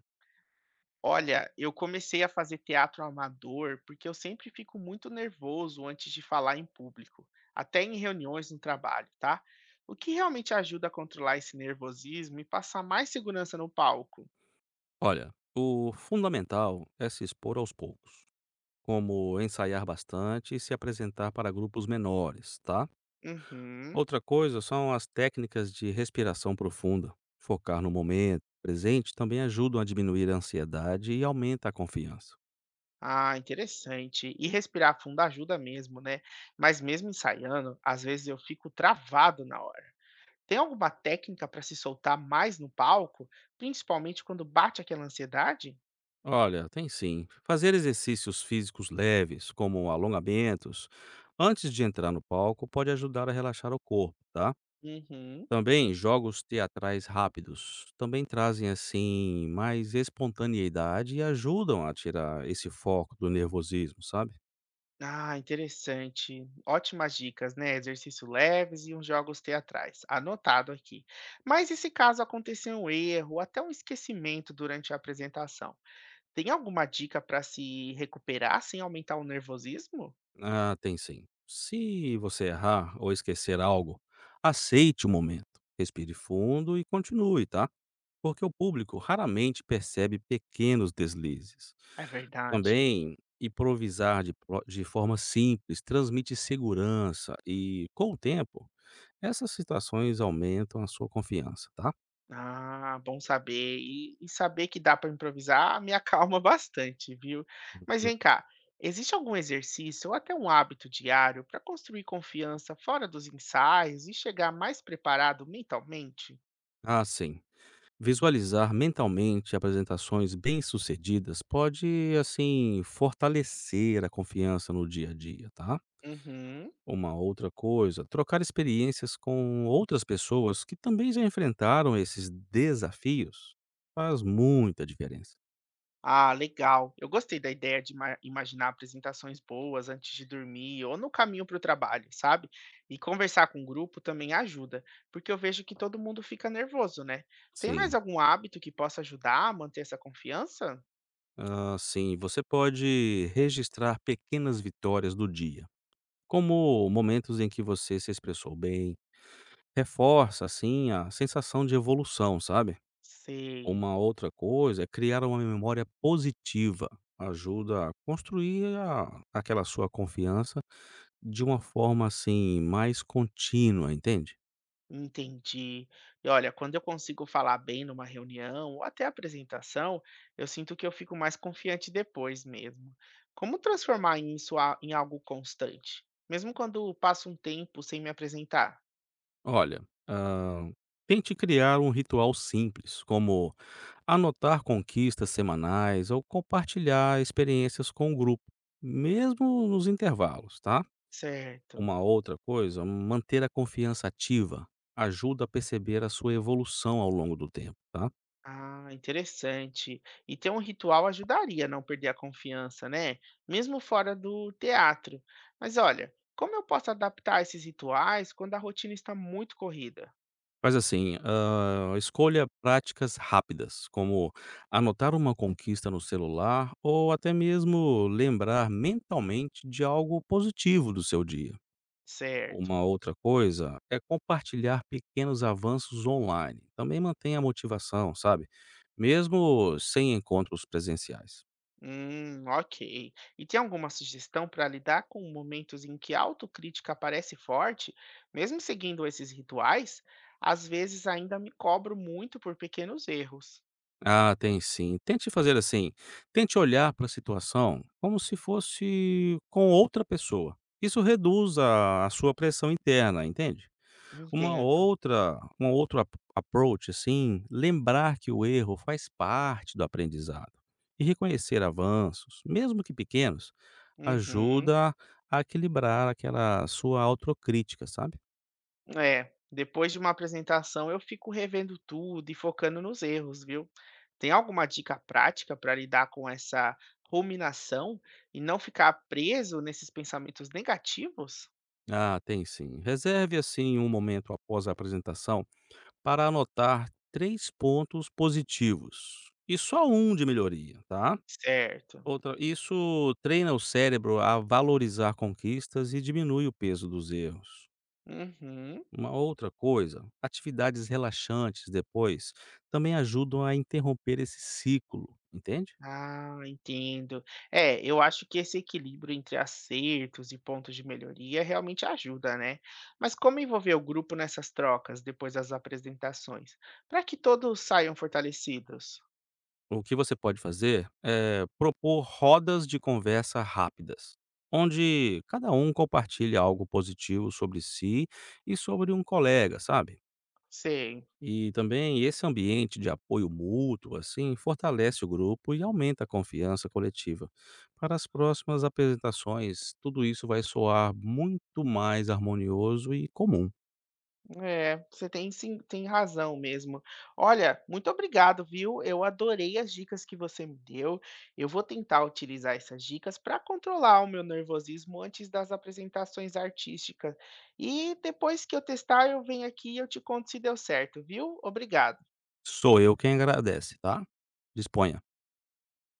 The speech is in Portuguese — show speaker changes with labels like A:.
A: Olha, eu comecei a fazer teatro amador porque eu sempre fico muito nervoso antes de falar em público, até em reuniões no trabalho, tá? O que realmente ajuda a controlar esse nervosismo e passar mais segurança no palco?
B: Olha, o fundamental é se expor aos poucos, como ensaiar bastante e se apresentar para grupos menores, tá?
A: Uhum.
B: Outra coisa são as técnicas de respiração profunda. Focar no momento presente também ajudam a diminuir a ansiedade e aumenta a confiança.
A: Ah, interessante. E respirar fundo ajuda mesmo, né? Mas mesmo ensaiando, às vezes eu fico travado na hora. Tem alguma técnica para se soltar mais no palco, principalmente quando bate aquela ansiedade?
B: Olha, tem sim. Fazer exercícios físicos leves, como alongamentos, antes de entrar no palco, pode ajudar a relaxar o corpo, tá?
A: Uhum.
B: Também jogos teatrais rápidos também trazem assim mais espontaneidade e ajudam a tirar esse foco do nervosismo, sabe?
A: Ah, interessante. Ótimas dicas, né? Exercícios leves e uns jogos teatrais. Anotado aqui. Mas e se caso acontecer um erro, até um esquecimento durante a apresentação? Tem alguma dica para se recuperar sem aumentar o nervosismo?
B: Ah, tem sim. Se você errar ou esquecer algo, aceite o momento, respire fundo e continue, tá? Porque o público raramente percebe pequenos deslizes.
A: É verdade.
B: Também improvisar de forma simples transmite segurança e, com o tempo, essas situações aumentam a sua confiança, tá?
A: Ah, bom saber. E saber que dá para improvisar me acalma bastante, viu? Mas
B: Hum.
A: vem cá, existe algum exercício ou até um hábito diário para construir confiança fora dos ensaios e chegar mais preparado mentalmente?
B: Ah, sim. Visualizar mentalmente apresentações bem-sucedidas pode, assim, fortalecer a confiança no dia a dia, tá?
A: Uhum.
B: Uma outra coisa, trocar experiências com outras pessoas que também já enfrentaram esses desafios faz muita diferença.
A: Ah, legal. Eu gostei da ideia de imaginar apresentações boas antes de dormir ou no caminho para o trabalho, sabe? E conversar com o grupo também ajuda, porque eu vejo que todo mundo fica nervoso, né? Tem mais
B: Sim.
A: algum hábito que possa ajudar a manter essa confiança?
B: Ah, sim, você pode registrar pequenas vitórias do dia, como momentos em que você se expressou bem, reforça, assim, a sensação de evolução, sabe.
A: Sei,
B: Uma outra coisa é criar uma memória positiva, ajuda a construir a aquela sua confiança de uma forma, assim, mais contínua, entende.
A: entendi. E olha, quando eu consigo falar bem numa reunião ou até apresentação, eu sinto que eu fico mais confiante depois mesmo. Como transformar isso em algo constante? Mesmo quando passo um tempo sem me apresentar?
B: Olha, hã, tente criar um ritual simples, como anotar conquistas semanais ou compartilhar experiências com o grupo, mesmo nos intervalos, tá.
A: Certo.
B: Uma outra coisa, manter a confiança ativa ajuda a perceber a sua evolução ao longo do tempo, tá?
A: Ah, interessante. E ter um ritual ajudaria a não perder a confiança, né? Mesmo fora do teatro. Mas olha, como eu posso adaptar esses rituais quando a rotina está muito corrida?
B: Mas assim, escolha práticas rápidas, como anotar uma conquista no celular ou até mesmo lembrar mentalmente de algo positivo do seu dia.
A: Certo.
B: Uma outra coisa é compartilhar pequenos avanços online. Também mantenha a motivação, sabe? Mesmo sem encontros presenciais.
A: Ok. E tem alguma sugestão para lidar com momentos em que a autocrítica aparece forte, mesmo seguindo esses rituais? Às vezes ainda me cobro muito por pequenos erros.
B: Ah, tem sim. Tente fazer assim, tente olhar para a situação como se fosse com outra pessoa. Isso reduz a sua pressão interna, entende? Uma
A: Entendo.
B: outra, um outro approach assim, lembrar que o erro faz parte do aprendizado e reconhecer avanços, mesmo que pequenos,
A: Uhum.
B: ajuda a equilibrar aquela sua autocrítica, sabe?
A: É, depois de uma apresentação eu fico revendo tudo e focando nos erros, viu? Tem alguma dica prática para lidar com essa ruminação e não ficar preso nesses pensamentos negativos?
B: Ah, tem sim. Reserve assim um momento após a apresentação para anotar 3 pontos positivos e só um de melhoria, tá?
A: Certo.
B: Outra, isso treina o cérebro a valorizar conquistas e diminui o peso dos erros.
A: Uhum.
B: Uma outra coisa, atividades relaxantes depois também ajudam a interromper esse ciclo, entende?
A: Ah, entendo. É, eu acho que esse equilíbrio entre acertos e pontos de melhoria realmente ajuda, né? Mas como envolver o grupo nessas trocas depois das apresentações, para que todos saiam fortalecidos?
B: O que você pode fazer é propor rodas de conversa rápidas, onde cada um compartilha algo positivo sobre si e sobre um colega, sabe?
A: Sim.
B: E também esse ambiente de apoio mútuo, assim, fortalece o grupo e aumenta a confiança coletiva. Para as próximas apresentações, tudo isso vai soar muito mais harmonioso e comum.
A: É, você tem sim tem razão mesmo. Olha, muito obrigado, viu? Eu adorei as dicas que você me deu. Eu vou tentar utilizar essas dicas para controlar o meu nervosismo antes das apresentações artísticas. E depois que eu testar, eu venho aqui e eu te conto se deu certo, viu? Obrigado.
B: Sou eu quem agradece, tá? Disponha.